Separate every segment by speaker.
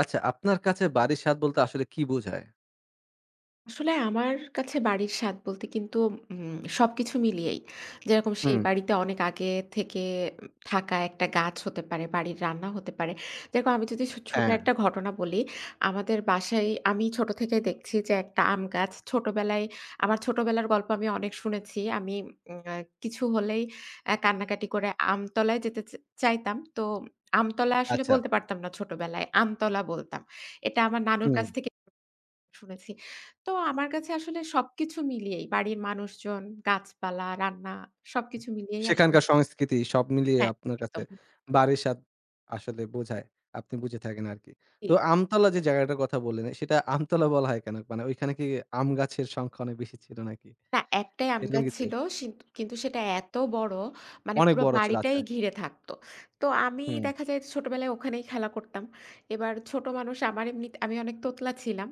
Speaker 1: আচ্ছা, আপনার কাছে বাড়ির স্বাদ বলতে আসলে কি বোঝায়?
Speaker 2: আসলে আমার কাছে বাড়ির স্বাদ বলতে কিন্তু সবকিছু মিলিয়েই। যেরকম সেই
Speaker 1: হুম,
Speaker 2: বাড়িতে অনেক আগে থেকে থাকা একটা গাছ হতে পারে, বাড়ির রান্না হতে পারে। যেরকম আমি যদি ছোট
Speaker 1: হ্যাঁ,
Speaker 2: একটা ঘটনা বলি, আমাদের বাসায় আমি ছোট থেকে দেখছি যে একটা আম গাছ ছোটবেলায় আমার ছোটবেলার গল্প আমি অনেক শুনেছি। আমি উম আ কিছু হলেই কান্নাকাটি করে আমতলায় যেতে চাইতাম। তো আমতলা আসলে
Speaker 1: আচ্ছা।
Speaker 2: বলতে পারতাম না ছোটবেলায়, আমতলা বলতাম। এটা আমার নানুর
Speaker 1: হুম।
Speaker 2: কাছ থেকে শুনেছি। তো আমার কাছে আসলে সবকিছু মিলিয়েই বাড়ির মানুষজন, গাছপালা, রান্না সবকিছু মিলিয়েই আসলে
Speaker 1: সেখানকার সংস্কৃতি সব মিলিয়ে
Speaker 2: হ্যাঁ,
Speaker 1: আপনার কাছে
Speaker 2: একদম।
Speaker 1: বাড়ির স্বাদ আসলে বোঝায়। আপনি বুঝে থাকেন আরকি।
Speaker 2: জি।
Speaker 1: তো আমতলা যে জায়গাটার কথা বললেন, সেটা আমতলা বলা হয় কেন? মানে ওইখানে কি আম গাছের সংখ্যা অনেক বেশি ছিল নাকি?
Speaker 2: না, একটাই আম
Speaker 1: এরকম
Speaker 2: গাছ
Speaker 1: কিছু?
Speaker 2: ছিল। কিন্তু সেটা এত বড় মানে
Speaker 1: অনেক
Speaker 2: পুরো
Speaker 1: বড় ছিল।
Speaker 2: বাড়িটাই
Speaker 1: আচ্ছা।
Speaker 2: ঘিরে থাকতো। তো আমি
Speaker 1: হুম,
Speaker 2: দেখা যায় ছোটবেলায় ওখানেই খেলা করতাম। এবার ছোট মানুষ আমার এমনি আমি অনেক তোতলা ছিলাম।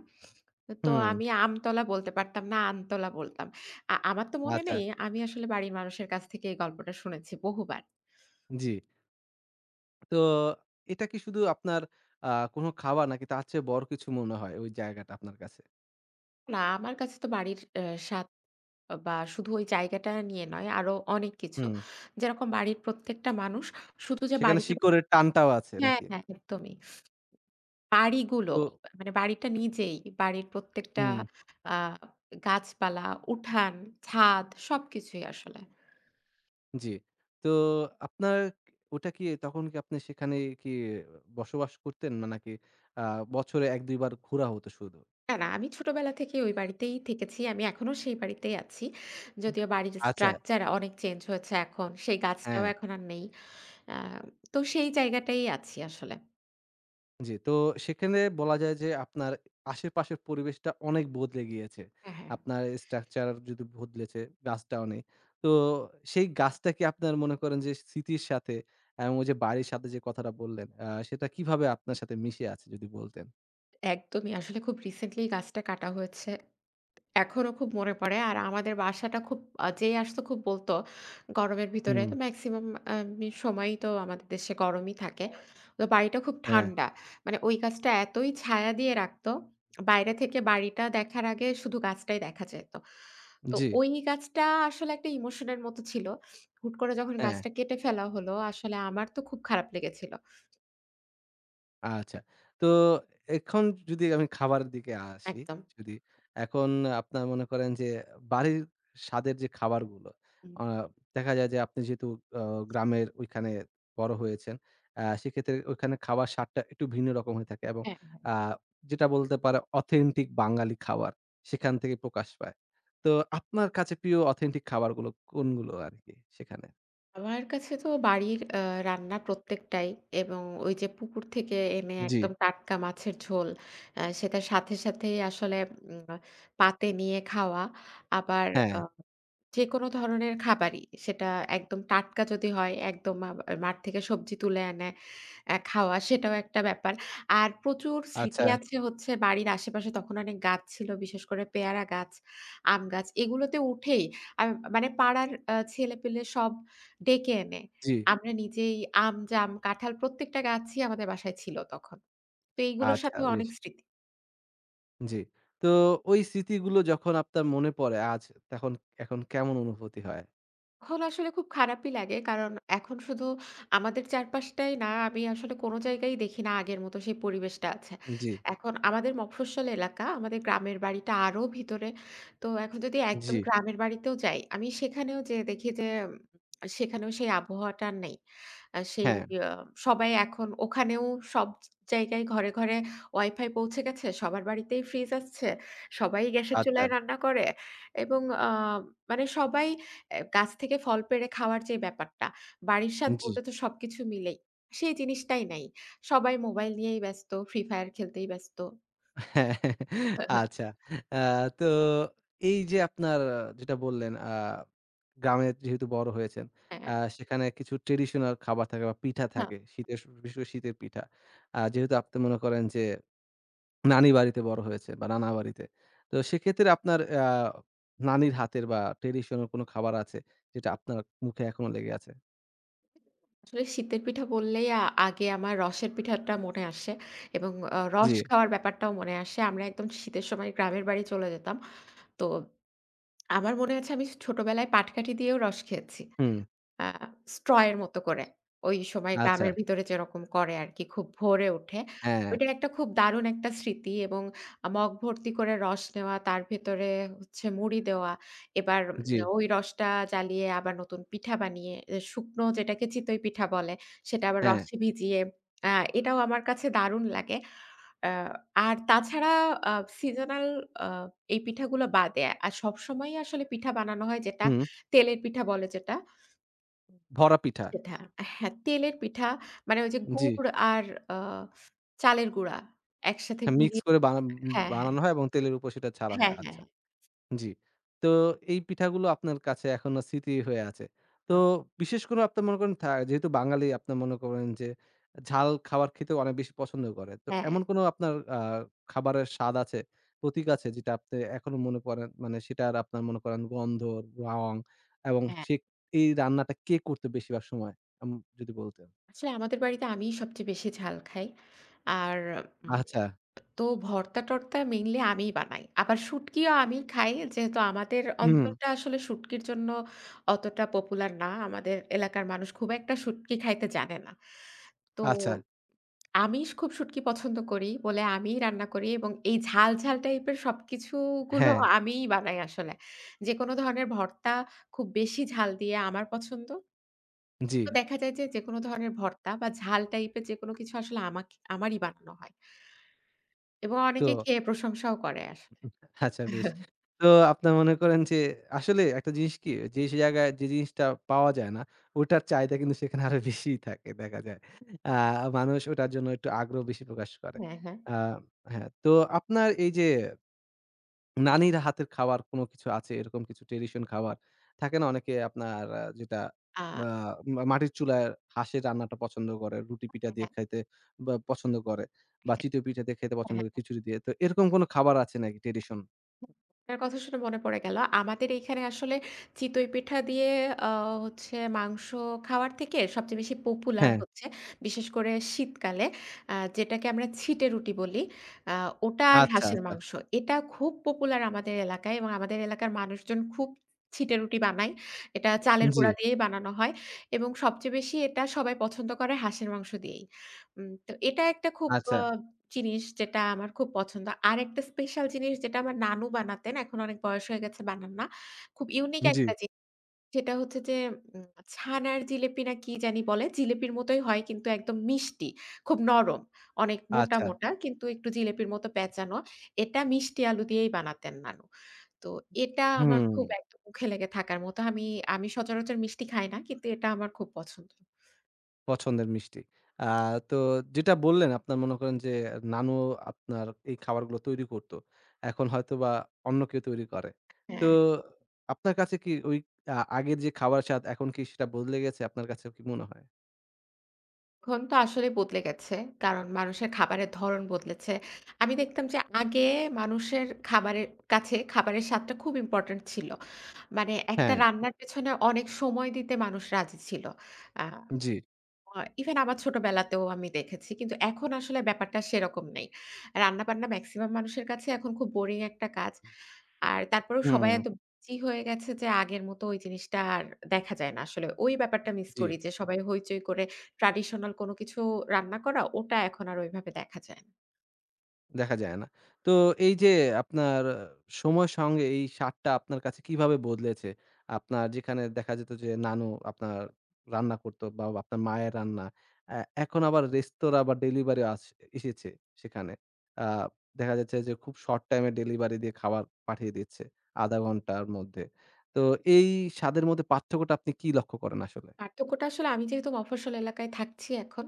Speaker 2: তো
Speaker 1: হুম।
Speaker 2: আমি আমতলা বলতে পারতাম না, আমতলা বলতাম। আমার তো মনে
Speaker 1: আচ্ছা,
Speaker 2: নেই আমি আসলে বাড়ির মানুষের কাছ থেকে এই গল্পটা শুনেছি বহুবার।
Speaker 1: জি। তো এটা কি শুধু আপনার আ কোনো খাবার নাকি তার চেয়ে বড় কিছু মনে হয় ওই জায়গাটা আপনার কাছে?
Speaker 2: না, আমার কাছে তো বাড়ির স্বাদ বা শুধু ওই জায়গাটা নিয়ে নয় আরো অনেক কিছু।
Speaker 1: হুম।
Speaker 2: যেরকম বাড়ির প্রত্যেকটা মানুষ শুধু যে
Speaker 1: সেখানে
Speaker 2: বাড়িতে
Speaker 1: শিকড়ের টানটাও আছে
Speaker 2: হ্যাঁ,
Speaker 1: নাকি?
Speaker 2: হ্যাঁ একদমই। বাড়িগুলো
Speaker 1: তো
Speaker 2: মানে বাড়িটা নিজেই বাড়ির প্রত্যেকটা
Speaker 1: হুম,
Speaker 2: আ গাছপালা, উঠান, ছাদ সবকিছুই আসলে।
Speaker 1: জি। তো আপনার ওটা কি তখন কি আপনি সেখানে কি বসবাস করতেন? না নাকি আ বছরে ১-২ বার ঘোরা হতো শুধু?
Speaker 2: না, না আমি ছোটবেলা থেকেই ওই বাড়িতেই থেকেছি। আমি এখনো সেই বাড়িতেই আছি। যদিও বাড়ির
Speaker 1: আচ্ছা,
Speaker 2: স্ট্রাকচার অনেক চেঞ্জ হয়েছে এখন। সেই গাছটাও
Speaker 1: হ্যাঁ,
Speaker 2: এখন আর নেই। আ তো সেই জায়গাটাই আছি আসলে।
Speaker 1: জি। তো সেখানে বলা যায় যে আপনার আশেপাশের পরিবেশটা অনেক বদলে গিয়েছে।
Speaker 2: হ্যাঁ, হ্যাঁ।
Speaker 1: আপনার স্ট্রাকচার যদি বদলেছে, গাছটাও নেই। তো সেই গাছটা কি আপনার মনে করেন যে স্মৃতির সাথে এবং ওই যে বাড়ির সাথে যে কথাটা বললেন, সেটা কিভাবে আপনার সাথে মিশে আছে যদি বলতেন?
Speaker 2: একদমই আসলে খুব রিসেন্টলি গাছটা কাটা হয়েছে। এখনো খুব মনে পড়ে। আর আমাদের বাসাটা খুব যেই আসতো খুব বলতো গরমের ভিতরে
Speaker 1: হুম,
Speaker 2: তো মেক্সিমাম আমি সময়ই তো আমাদের দেশে গরমই থাকে। তো বাড়িটা খুব
Speaker 1: হ্যাঁ,
Speaker 2: ঠান্ডা। মানে ওই গাছটা এতই ছায়া দিয়ে রাখতো, বাইরে থেকে বাড়িটা দেখার আগে শুধু গাছটাই দেখা যেত। তো
Speaker 1: জি,
Speaker 2: ওই গাছটা আসলে একটা ইমোশনের মতো ছিল। হুট করে যখন
Speaker 1: হ্যাঁ,
Speaker 2: গাছটা কেটে ফেলা হলো আসলে আমার তো খুব খারাপ লেগেছিল।
Speaker 1: আচ্ছা। তো এখন যদি আমি খাবারের দিকে আসি,
Speaker 2: একদম।
Speaker 1: যদি এখন আপনার মনে করেন যে বাড়ির স্বাদের যে খাবারগুলো,
Speaker 2: হুম।
Speaker 1: আ দেখা যায় যে আপনি যেহেতু আ গ্রামের ওইখানে বড় হয়েছেন, সেক্ষেত্রে ওইখানে খাবার স্বাদটা একটু ভিন্ন রকম হয়ে থাকে এবং
Speaker 2: হ্যাঁ।
Speaker 1: আ যেটা বলতে পারে অথেন্টিক বাঙালি খাবার সেখান থেকে প্রকাশ পায়। তো আপনার কাছে প্রিয় অথেন্টিক খাবারগুলো কোনগুলো আরকি সেখানে?
Speaker 2: আমার কাছে তো বাড়ির রান্না প্রত্যেকটাই এবং ওই যে পুকুর থেকে এনে
Speaker 1: জি,
Speaker 2: একদম টাটকা মাছের ঝোল সেটার সাথে, সাথেই আসলে উম পাতে নিয়ে খাওয়া। আবার
Speaker 1: হ্যাঁ,
Speaker 2: আ যেকোনো ধরনের খাবারই। সেটা একদম টাটকা যদি হয়, একদম মাঠ থেকে সবজি তুলে এনে খাওয়া সেটাও একটা ব্যাপার। আর প্রচুর স্মৃতি
Speaker 1: আচ্ছা,
Speaker 2: আছে হচ্ছে বাড়ির আশেপাশে তখন অনেক গাছ ছিল। বিশেষ করে পেয়ারা গাছ, আম গাছ এগুলোতে উঠেই আ মানে পাড়ার ছেলেপেলে সব ডেকে এনে
Speaker 1: জি।
Speaker 2: আমরা নিজেই আম, জাম, কাঁঠাল প্রত্যেকটা গাছই আমাদের বাসায় ছিল তখন। তো এইগুলোর
Speaker 1: আচ্ছা
Speaker 2: সাথেও
Speaker 1: বেশ।
Speaker 2: অনেক স্মৃতি।
Speaker 1: জি। তো ওই স্মৃতিগুলো যখন আপনার মনে পড়ে আজ তখন এখন কেমন অনুভূতি হয়?
Speaker 2: এখন আসলে খুব খারাপই লাগে। কারণ এখন শুধু আমাদের চারপাশটাই না, আমি আসলে কোনো জায়গায় দেখি না আগের মতো সেই পরিবেশটা আছে।
Speaker 1: জি,
Speaker 2: এখন আমাদের মফস্বল এলাকা, আমাদের গ্রামের বাড়িটা আরো ভিতরে। তো এখন যদি
Speaker 1: জি।
Speaker 2: একদম গ্রামের বাড়িতেও যাই, আমি সেখানেও যেয়ে দেখি যে, সেখানেও সেই আবহাওয়াটা আর নেই। সেই
Speaker 1: হ্যাঁ,
Speaker 2: আ সবাই এখন ওখানেও সব জায়গায় ঘরে, ঘরে ওয়াইফাই পৌঁছে গেছে। সবার বাড়িতেই ফ্রিজ আসছে। সবাই গ্যাসের
Speaker 1: আচ্ছা।
Speaker 2: চুলায় রান্না করে এবং মানে সবাই এ গাছ থেকে ফল পেড়ে খাওয়ার যে ব্যাপারটা, বাড়ির স্বাদ
Speaker 1: জি।
Speaker 2: বলতে তো সবকিছু মিলেই। সেই জিনিসটাই নাই। সবাই মোবাইল নিয়েই ব্যস্ত, ফ্রি ফায়ার খেলতেই ব্যস্ত।
Speaker 1: হ্যাঁ, আচ্ছা। আ তো এই যে আপনার যেটা বললেন গ্রামে যেহেতু বড় হয়েছেন, আ
Speaker 2: হ্যাঁ,
Speaker 1: সেখানে কিছু ট্র্যাডিশনাল খাবার থাকে বা পিঠা
Speaker 2: হ্যাঁ।
Speaker 1: থাকে। শীতের বিশেষ করে শীতের পিঠা। যেহেতু আপনি মনে করেন যে নানি বাড়িতে বড় হয়েছেন বা নানা বাড়িতে। তো সেক্ষেত্রে আপনার নানির হাতের বা ট্র্যাডিশনাল কোনো খাবার আছে যেটা আপনার মুখে এখনো লেগে আছে?
Speaker 2: আসলে শীতের পিঠা বললেই আগে আমার রসের পিঠাটা মনে আসে এবং
Speaker 1: জি,
Speaker 2: রস খাওয়ার ব্যাপারটাও মনে আসে। আমরা একদম শীতের সময় গ্রামের বাড়ি চলে যেতাম। তো আমার মনে আছে আমি ছোটবেলায় পাটকাঠি দিয়েও রস খেয়েছি।
Speaker 1: হুম,
Speaker 2: আ straw এর মতো করে। ওই সময়
Speaker 1: আচ্ছা।
Speaker 2: গ্রামের ভিতরে যেরকম করে আরকি খুব ভোরে উঠে।
Speaker 1: হ্যাঁ,
Speaker 2: ওইটার একটা খুব দারুণ একটা স্মৃতি এবং মগ ভর্তি করে রস নেওয়া, তার ভেতরে হচ্ছে মুড়ি দেওয়া। এবার
Speaker 1: জি,
Speaker 2: ওই রসটা জ্বালিয়ে আবার নতুন পিঠা বানিয়ে এ শুকনো যেটাকে চিতই পিঠা বলে, সেটা আবার
Speaker 1: হ্যাঁ,
Speaker 2: রসে ভিজিয়ে আ এটাও আমার কাছে দারুণ লাগে। আ আর তাছাড়া আ সিজনাল আ এই পিঠাগুলো বাদে আর সবসময়ই আসলে পিঠা বানানো হয় যেটা
Speaker 1: হুম।
Speaker 2: তেলের পিঠা বলে যেটা,
Speaker 1: ভরা পিঠা।
Speaker 2: সেটা। হ্যাঁ, তেলের পিঠা মানে ওই যে
Speaker 1: জি,
Speaker 2: গুড় আর আ চালের গুঁড়া একসাথে
Speaker 1: হ্যাঁ, মিক্স
Speaker 2: গুলিয়ে
Speaker 1: করে
Speaker 2: হ্যাঁ, হ্যাঁ।
Speaker 1: বানানো হয় এবং তেলের উপর সেটা ছাড়া
Speaker 2: হ্যাঁ,
Speaker 1: হয়।
Speaker 2: হ্যাঁ,
Speaker 1: আচ্ছা।
Speaker 2: হ্যাঁ
Speaker 1: জি। তো এই পিঠাগুলো আপনার কাছে এখনো স্মৃতি হয়ে আছে। তো
Speaker 2: একদম।
Speaker 1: বিশেষ করে আপনার মনে করেন যেহেতু বাঙালি আপনার মনে করেন যে ঝাল খাবার খেতে অনেক বেশি পছন্দ করে। তো
Speaker 2: হ্যাঁ, হ্যাঁ।
Speaker 1: এমন কোনো আপনার খাবারের স্বাদ আছে, প্রতীক আছে যেটা আপনি এখনো মনে পড়েন মানে সেটার আপনার মনে করেন গন্ধ, রং এবং এই রান্নাটা কে করতো বেশিরভাগ সময়? আম যদি বলতেন।
Speaker 2: আসলে আমাদের বাড়িতে আমিই সবচেয়ে বেশি ঝাল খাই। আর উম
Speaker 1: আচ্ছা।
Speaker 2: তো ভর্তা-টর্তা মেইনলি আমিই বানাই। আবার শুটকিও আমিই খাই। যেহেতু আমাদের
Speaker 1: হুম,
Speaker 2: অঞ্চলটা আসলে শুটকির জন্য অতটা পপুলার না। আমাদের এলাকার মানুষ খুব একটা শুটকি খাইতে জানে না। তো
Speaker 1: আচ্ছা।
Speaker 2: আমি খুব শুটকি পছন্দ করি বলে আমিই রান্না করি এবং এই ঝাল, ঝাল টাইপের সবকিছু গুলো
Speaker 1: হ্যাঁ,
Speaker 2: আমিই বানাই আসলে। যেকোনো ধরনের ভর্তা খুব বেশি ঝাল দিয়ে আমার পছন্দ।
Speaker 1: জি।
Speaker 2: তো দেখা যায় যে যেকোনো ধরনের ভর্তা বা ঝাল টাইপের যেকোনো কিছু আসলে আমাকে আমারই বানানো হয়। এবং
Speaker 1: তো
Speaker 2: অনেকে খেয়ে প্রশংসাও করে আসলে।
Speaker 1: আচ্ছা বেশ। তো আপনার মনে করেন যে আসলে একটা জিনিস কি যে জায়গায় যে জিনিসটা পাওয়া যায় না ওটার চাহিদা কিন্তু সেখানে আরো বেশিই থাকে দেখা যায়। আ মানুষ ওটার জন্য একটু আগ্রহ বেশি প্রকাশ করে।
Speaker 2: হ্যাঁ, হ্যাঁ।
Speaker 1: আ হ্যাঁ, তো আপনার এই যে নানির হাতের খাবার কোনো কিছু আছে এরকম কিছু ট্র্যাডিশন খাবার থাকে না অনেকে আপনার যেটা
Speaker 2: আ
Speaker 1: আ মাটির চুলায় হাঁসের রান্নাটা পছন্দ করে, রুটি পিঠা দিয়ে
Speaker 2: হ্যাঁ,
Speaker 1: খাইতে বা পছন্দ করে বা চিতই পিঠা দিয়ে খেতে পছন্দ করে
Speaker 2: হ্যাঁ।
Speaker 1: খিচুড়ি দিয়ে। তো এরকম কোনো খাবার আছে নাকি ট্র্যাডিশন?
Speaker 2: আপনার কথা শুনে মনে পড়ে গেল। আমাদের এইখানে আসলে চিতই পিঠা দিয়ে আ হচ্ছে মাংস খাওয়ার থেকে সবচেয়ে বেশি পপুলার
Speaker 1: হ্যাঁ,
Speaker 2: হচ্ছে বিশেষ করে শীতকালে যেটাকে আমরা ছিটে রুটি বলি। আ ওটা আর
Speaker 1: আচ্ছা,
Speaker 2: হাঁসের
Speaker 1: আচ্ছা।
Speaker 2: মাংস। এটা খুব পপুলার আমাদের এলাকায় এবং আমাদের এলাকার মানুষজন খুব ছিটে রুটি বানায়। এটা চালের
Speaker 1: জি,
Speaker 2: গুঁড়া দিয়েই বানানো হয় এবং সবচেয়ে বেশি এটা সবাই পছন্দ করে হাঁসের মাংস দিয়েই। তো এটা একটা খুব
Speaker 1: আচ্ছা,
Speaker 2: আ জিনিস যেটা আমার খুব পছন্দ। আরেকটা স্পেশাল জিনিস যেটা আমার নানু বানাতেন। এখন অনেক বয়স হয়ে গেছে বানান না। খুব ইউনিক
Speaker 1: জি,
Speaker 2: একটা জিনিস। সেটা হচ্ছে যে উম ছানার জিলিপি না কি জানি বলে। জিলিপির মতোই হয় কিন্তু একদম মিষ্টি। খুব নরম। অনেক মোটা,
Speaker 1: আচ্ছা।
Speaker 2: মোটা কিন্তু একটু জিলিপির মতো প্যাঁচানো। এটা মিষ্টি আলু দিয়েই বানাতেন নানু। তো এটা আমার
Speaker 1: হুম,
Speaker 2: খুব একদম মুখে লেগে থাকার মতো। আমি আমি সচরাচর মিষ্টি খাই না। কিন্তু এটা আমার খুব পছন্দ।
Speaker 1: পছন্দের মিষ্টি। আ তো যেটা বললেন আপনার মনে করেন যে নানু আপনার এই খাবারগুলো তৈরি করত। এখন হয়তোবা অন্য কেউ তৈরি করে। তো
Speaker 2: হ্যাঁ।
Speaker 1: আপনার কাছে কি ওই আগের যে খাবার স্বাদ এখন কি সেটা বদলে গেছে আপনার কাছে কি মনে হয়?
Speaker 2: এখন তো আসলে বদলে গেছে। কারণ মানুষের খাবারের ধরন বদলেছে। আমি দেখতাম যে আগে মানুষের খাবারের কাছে খাবারের স্বাদটা খুব ইম্পোর্টেন্ট ছিল। মানে একটা
Speaker 1: হ্যাঁ,
Speaker 2: রান্নার পেছনে অনেক সময় দিতে মানুষ রাজি ছিল। আ
Speaker 1: জি,
Speaker 2: আ ইভেন আমার ছোটবেলাতেও আমি দেখেছি। কিন্তু এখন আসলে ব্যাপারটা সেরকম নেই। রান্নাবান্না মেক্সিমাম মানুষের কাছে এখন খুব বোরিং একটা কাজ। আর তারপরেও
Speaker 1: হুম,
Speaker 2: সবাই এত বিজি হয়ে গেছে যে আগের মতো ওই জিনিসটা আর দেখা যায় না আসলে। ওই ব্যাপারটা মিস
Speaker 1: জি।
Speaker 2: করি যে সবাই হইচই করে ট্র্যাডিশনাল কোনো কিছু রান্না করা, ওটা এখন আর ওইভাবে দেখা যায়
Speaker 1: দেখা যায় না। তো এই যে আপনার সময়ের সঙ্গে এই স্বাদটা আপনার কাছে কিভাবে বদলেছে? আপনার যেখানে দেখা যেত যে নানু আপনার রান্না করতো বা আপনার মায়ের রান্না। অ্যা এখন আবার রেস্তোরাঁ বা ডেলিভারি এসেছে সেখানে। আ দেখা যাচ্ছে যে খুব শর্ট টাইমে ডেলিভারি দিয়ে খাবার পাঠিয়ে দিচ্ছে, ০.৫ ঘন্টার মধ্যে। তো
Speaker 2: না।
Speaker 1: এই স্বাদের মধ্যে পার্থক্যটা আপনি কি লক্ষ্য করেন আসলে?
Speaker 2: পার্থক্যটা আসলে আমি যেহেতু মফস্বল এলাকায় থাকছি এখন,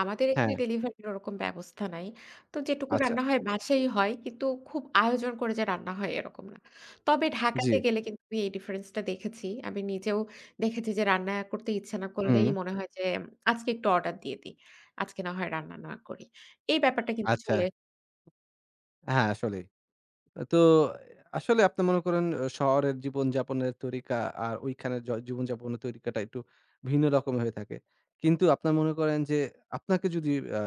Speaker 2: আমাদের এখানে
Speaker 1: হ্যাঁ,
Speaker 2: ডেলিভারির ওরকম ব্যবস্থা নাই। তো যেটুকু
Speaker 1: আচ্ছা।
Speaker 2: রান্না হয় বাসায়ই হয়। কিন্তু খুব আয়োজন করে যে রান্না হয় এরকম না। তবে
Speaker 1: জি।
Speaker 2: ঢাকাতে গেলে কিন্তু আমি এই ডিফারেন্স টা দেখেছি। আমি নিজেও দেখেছি যে রান্না করতে ইচ্ছে না
Speaker 1: হুম।
Speaker 2: করলেই মনে হয় যে আজকে একটু অর্ডার দিয়ে দিই। আজকে না হয় রান্না না করি। এই ব্যাপারটা কিন্তু
Speaker 1: আচ্ছা।
Speaker 2: চলে
Speaker 1: হ্যাঁ, আসলেই। তো আসলে আপনি মনে করেন আহ, শহরের জীবনযাপনের তরিকা আর ওইখানের জীবনযাপনের তরিকাটা একটু ভিন্ন রকমের হয়ে থাকে। কিন্তু আপনার মনে করেন যে আপনাকে যদি আ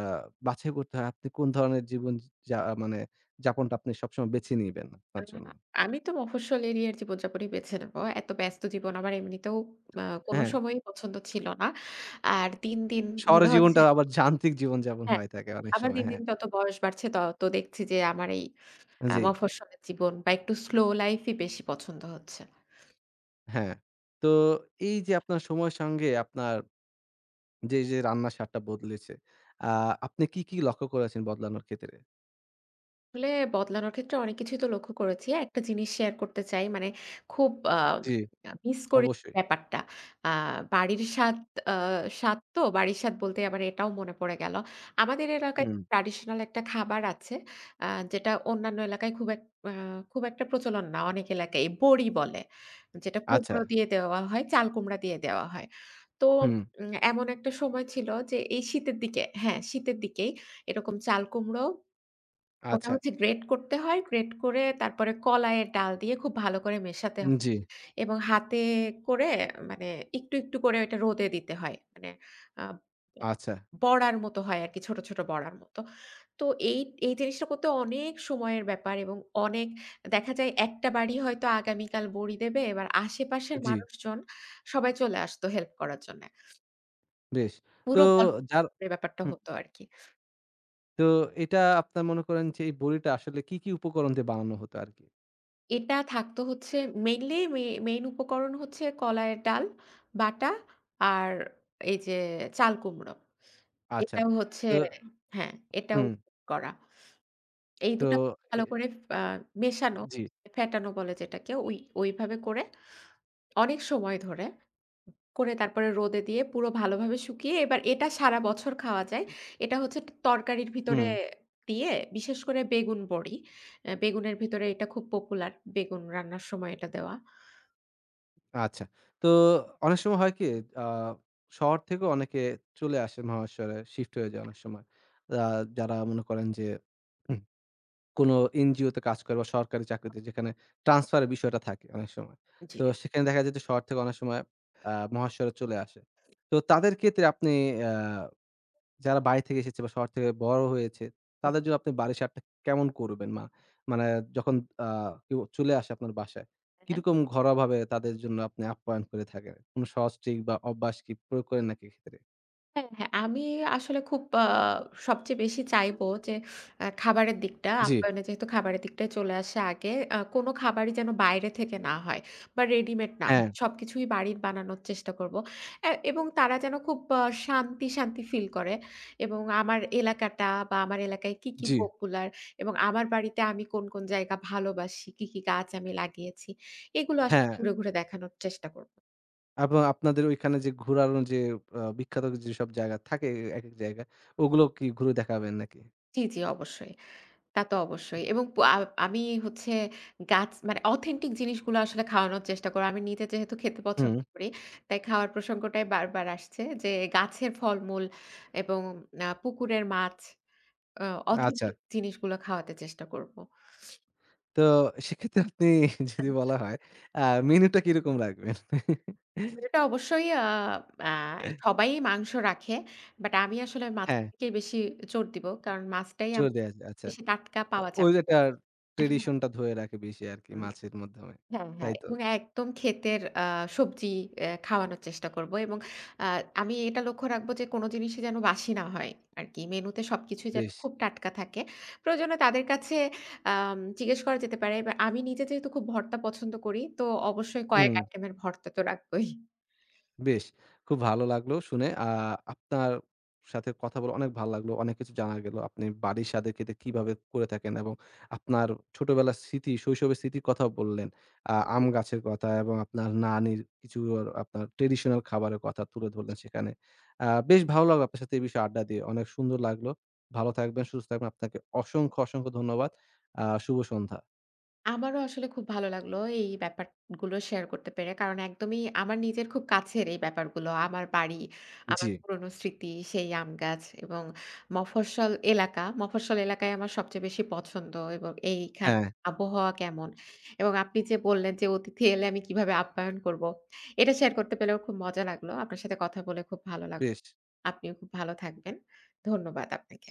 Speaker 1: বাছাই করতে হয় আপনি কোন ধরনের জীবন যা মানে যাপনটা আপনি সবসময় বেছে নিবেন
Speaker 2: আ
Speaker 1: আপনার জন্য।
Speaker 2: আমি তো মফস্বল এরিয়ার জীবনযাপনই বেছে নেব। এত ব্যস্ত জীবন আমার এমনিতেও কোনো
Speaker 1: হ্যাঁ,
Speaker 2: সময়ই পছন্দ ছিল না। আর দিন, দিন
Speaker 1: শহরের
Speaker 2: মনে হচ্ছে
Speaker 1: জীবনটা আবার যান্ত্রিক জীবনযাপন
Speaker 2: হ্যাঁ,
Speaker 1: হয়ে থাকে অনেক
Speaker 2: আবার
Speaker 1: সময়।
Speaker 2: দিন,
Speaker 1: হ্যাঁ,
Speaker 2: দিন যত বয়স বাড়ছে তত দেখছি যে আমার এই
Speaker 1: জি,
Speaker 2: মফস্বলের জীবন বা একটু স্লো লাইফই বেশি পছন্দ হচ্ছে।
Speaker 1: হ্যাঁ। তো এই যে আপনার সময়ের সঙ্গে আপনার যে রান্নার স্বাদটা বদলেছে আ আপনি কি, কি লক্ষ্য করেছেন বদলানোর ক্ষেত্রে?
Speaker 2: আসলে বদলানোর ক্ষেত্রে অনেক কিছুই তো লক্ষ্য করেছি। একটা জিনিস শেয়ার করতে চাই মানে খুব
Speaker 1: জি,
Speaker 2: মিস করি
Speaker 1: অবশ্যই।
Speaker 2: ব্যাপারটা। আ বাড়ির স্বাদ আ স্বাদ তো বাড়ির স্বাদ বলতে আবার এটাও মনে পড়ে গেল। আমাদের এলাকায়
Speaker 1: হুম,
Speaker 2: ট্র্যাডিশনাল একটা খাবার আছে আ যেটা অন্যান্য এলাকায় খুব এক আ খুব একটা প্রচলন না অনেক এলাকায় বড়ি বলে। যেটা
Speaker 1: আচ্ছা।
Speaker 2: কুমড়ো দিয়ে দেওয়া হয়, চাল কুমড়া দিয়ে দেওয়া হয়। তো
Speaker 1: হুম,
Speaker 2: এমন একটা সময় ছিল যে এই শীতের দিকে হ্যাঁ, শীতের দিকেই এরকম চাল কুমড়ো ওটা
Speaker 1: আচ্ছা।
Speaker 2: হচ্ছে গ্রেট করতে হয়। গ্রেট করে তারপরে কলাইয়ের ডাল দিয়ে খুব ভালো করে মেশাতে
Speaker 1: উম
Speaker 2: হয়
Speaker 1: জি,
Speaker 2: এবং হাতে করে মানে একটু, একটু করে ওইটা রোদে দিতে হয়। মানে আ
Speaker 1: আচ্ছা।
Speaker 2: বড়ার মতো হয় আরকি ছোট, ছোট বড়ার মতো। তো এই, এই জিনিসটা করতে অনেক সময়ের ব্যাপার এবং অনেক দেখা যায় একটা বাড়ি হয়তো আগামীকাল বড়ি দেবে। এবার আশেপাশের
Speaker 1: জি,
Speaker 2: মানুষজন সবাই চলে আসতো হেল্প করার জন্যে।
Speaker 1: বেশ। তো
Speaker 2: পুরো গল্প
Speaker 1: যার
Speaker 2: করে ব্যাপারটা
Speaker 1: হুম,
Speaker 2: হতো আরকি।
Speaker 1: তো এটা আপনার মনে করেন যে এই বড়িটা আসলে কি, কি উপকরণ দিয়ে বানানো হতো আরকি?
Speaker 2: এটা থাকতো হচ্ছে মেইনলি মে মেইন উপকরণ হচ্ছে কলাইয়ের ডাল বাটা আর এই যে চাল কুমড়ো।
Speaker 1: আচ্ছা।
Speaker 2: এটাও হচ্ছে
Speaker 1: তো
Speaker 2: হ্যাঁ, এটাও
Speaker 1: হুম,
Speaker 2: করা। এই
Speaker 1: তো
Speaker 2: ২ টা
Speaker 1: এ
Speaker 2: ভালো করে আ মেশানো,
Speaker 1: জি।
Speaker 2: ফেটানো বলে যেটাকে ওই ওইভাবে করে অনেক সময় ধরে করে তারপরে রোদে দিয়ে পুরো ভালোভাবে শুকিয়ে এবার এটা সারা বছর খাওয়া যায়। এটা হচ্ছে তরকারির ভিতরে
Speaker 1: হুম,
Speaker 2: দিয়ে বিশেষ করে বেগুন বড়ি। বেগুনের ভিতরে এটা খুব পপুলার। বেগুন রান্নার সময় এটা দেওয়া।
Speaker 1: আচ্ছা। তো অনেক সময় হয় কি আ শহর থেকেও অনেকে চলে আসে মহাশহরে শিফট হয়ে যায় অনেক সময়। আ যারা মনে করেন যে কোনো এনজিওতে কাজ করে বা সরকারি চাকরিতে যেখানে ট্রান্সফারের বিষয়টা থাকে অনেক সময়।
Speaker 2: জি।
Speaker 1: তো সেখানে দেখা যায় যে শহর থেকে অনেক সময় মহাশহরে চলে আসে। তো তাদের ক্ষেত্রে আপনি আ যারা বাড়ি থেকে এসেছে বা শহর থেকে বড় হয়েছে,
Speaker 2: হ্যাঁ,
Speaker 1: তাদের জন্য আপনি বাড়ির স্বাদটা কেমন করবেন? মানে যখন আ কেউ চলে আসে আপনার বাসায়, কিরকম ঘরোয়াভাবে তাদের জন্য আপনি আপ্যায়ন করে থাকেন? কোনো সহজ ট্রিক বা অভ্যাস কি প্রয়োগ করেন নাকি এক্ষেত্রে?
Speaker 2: হ্যাঁ। আমি আসলে খুব সবচেয়ে বেশি চাইবো যে খাবারের দিকটা
Speaker 1: জি,
Speaker 2: আপ্যায়নে যেহেতু খাবারের দিকটাই চলে আসে আগে। কোনো খাবারই যেন বাইরে থেকে না হয় বা রেডিমেড না
Speaker 1: হ্যাঁ।
Speaker 2: হয়। সবকিছুই বাড়ির বানানোর চেষ্টা করব। এবং তারা যেন খুব শান্তি, শান্তি ফিল করে এবং আমার এলাকাটা বা আমার এলাকায় কি, কি
Speaker 1: জি।
Speaker 2: পপুলার এবং আমার বাড়িতে আমি কোন, কোন জায়গা ভালোবাসি, কি, কি গাছ আমি লাগিয়েছি এগুলো আসলে
Speaker 1: হ্যাঁ।
Speaker 2: ঘুরে, ঘুরে দেখানোর চেষ্টা করব।
Speaker 1: এবং আপনাদের ঐখানে যে ঘুরানো যে বিখ্যাত যেসব জায়গা থাকে একেক জায়গা, ওগুলো কি ঘুরে দেখাবেন নাকি?
Speaker 2: জি, জি অবশ্যই। তা তো অবশ্যই। এবং প আ আমি হচ্ছে গাছ মানে অথেন্টিক জিনিসগুলো আসলে খাওয়ানোর চেষ্টা করি। আমি নিজে যেহেতু খেতে
Speaker 1: হুম,
Speaker 2: পছন্দ করি, তাই খাওয়ার প্রসঙ্গটাই বারবার আসছে যে গাছের ফলমূল এবং পুকুরের মাছ আ
Speaker 1: আচ্ছা।
Speaker 2: অথেন্টিক জিনিসগুলো খাওয়াতে চেষ্টা করব।
Speaker 1: তো সেক্ষেত্রে আপনি
Speaker 2: আ
Speaker 1: যদি বলা হয় আ মেনুটা কিরকম রাখবেন?
Speaker 2: এটা অবশ্যই আ আ সবাই মাংস রাখে। বাট আমি আসলে মাছের
Speaker 1: হ্যাঁ,
Speaker 2: দিকে বেশি জোর দিব। কারণ মাছটাই
Speaker 1: জোর
Speaker 2: আমার
Speaker 1: দেয়া যায়। আচ্ছা।
Speaker 2: বেশি টাটকা পাওয়া
Speaker 1: ওই
Speaker 2: যাবে।
Speaker 1: যে একটা ট্র্যাডিশনটা ধরে রাখে বেশি আরকি মাছের মাধ্যমে।
Speaker 2: হ্যাঁ,
Speaker 1: তাই
Speaker 2: হ্যাঁ
Speaker 1: তো?
Speaker 2: এবং একদম ক্ষেতের সবজি খাওয়ানোর চেষ্টা করব এবং আ আমি এটা লক্ষ্য রাখবো যে কোনো জিনিসই যেন বাসি না হয় আরকি। মেনুতে সবকিছুই যেন
Speaker 1: বেশ।
Speaker 2: খুব টাটকা থাকে। প্রয়োজনে তাদের কাছে জিজ্ঞেস করা যেতে পারে। এবার আমি নিজে যেহেতু খুব ভর্তা পছন্দ করি, তো অবশ্যই কয়েক
Speaker 1: হুম।
Speaker 2: আইটেমের ভর্তা তো রাখবোই।
Speaker 1: বেশ! খুব ভালো লাগলো শুনে। আপনার সাথে কথা বলে অনেক ভাল লাগলো। অনেক কিছু জানা গেল। আপনি বাড়ির স্বাদের খেতে কিভাবে করে থাকেন এবং আপনার ছোটবেলার স্মৃতি, শৈশবের স্মৃতির কথাও বললেন। আম গাছের কথা এবং আপনার নানির কিছু আর আপনার ট্র্যাডিশনাল খাবারের কথা তুলে ধরলেন সেখানে। বেশ ভালো লাগলো আপনার সাথে এই বিষয়ে আড্ডা দিয়ে। অনেক সুন্দর লাগলো। ভালো থাকবেন, সুস্থ থাকবেন। আপনাকে অসংখ্য, অসংখ্য ধন্যবাদ। শুভ সন্ধ্যা।
Speaker 2: আমারও আসলে খুব ভালো লাগলো এই ব্যাপারগুলো শেয়ার করতে পেরে। কারণ একদমই আমার নিজের খুব কাছের এই ব্যাপারগুলো। আমার বাড়ি,
Speaker 1: জি।
Speaker 2: আমার পুরনো স্মৃতি, সেই আম গাছ এবং মফস্বল এলাকা। মফস্বল এলাকাই আমার সবচেয়ে বেশি পছন্দ এবং এইখান
Speaker 1: হ্যাঁ,
Speaker 2: আবহাওয়া কেমন এবং আপনি যে বললেন যে অতিথি এলে আমি কিভাবে আপ্যায়ন করব। এটা শেয়ার করতে পেলেও খুব মজা লাগলো। আপনার সাথে কথা বলে খুব ভালো লাগলো।
Speaker 1: বেশ।
Speaker 2: আপনিও খুব ভালো থাকবেন। ধন্যবাদ আপনাকে।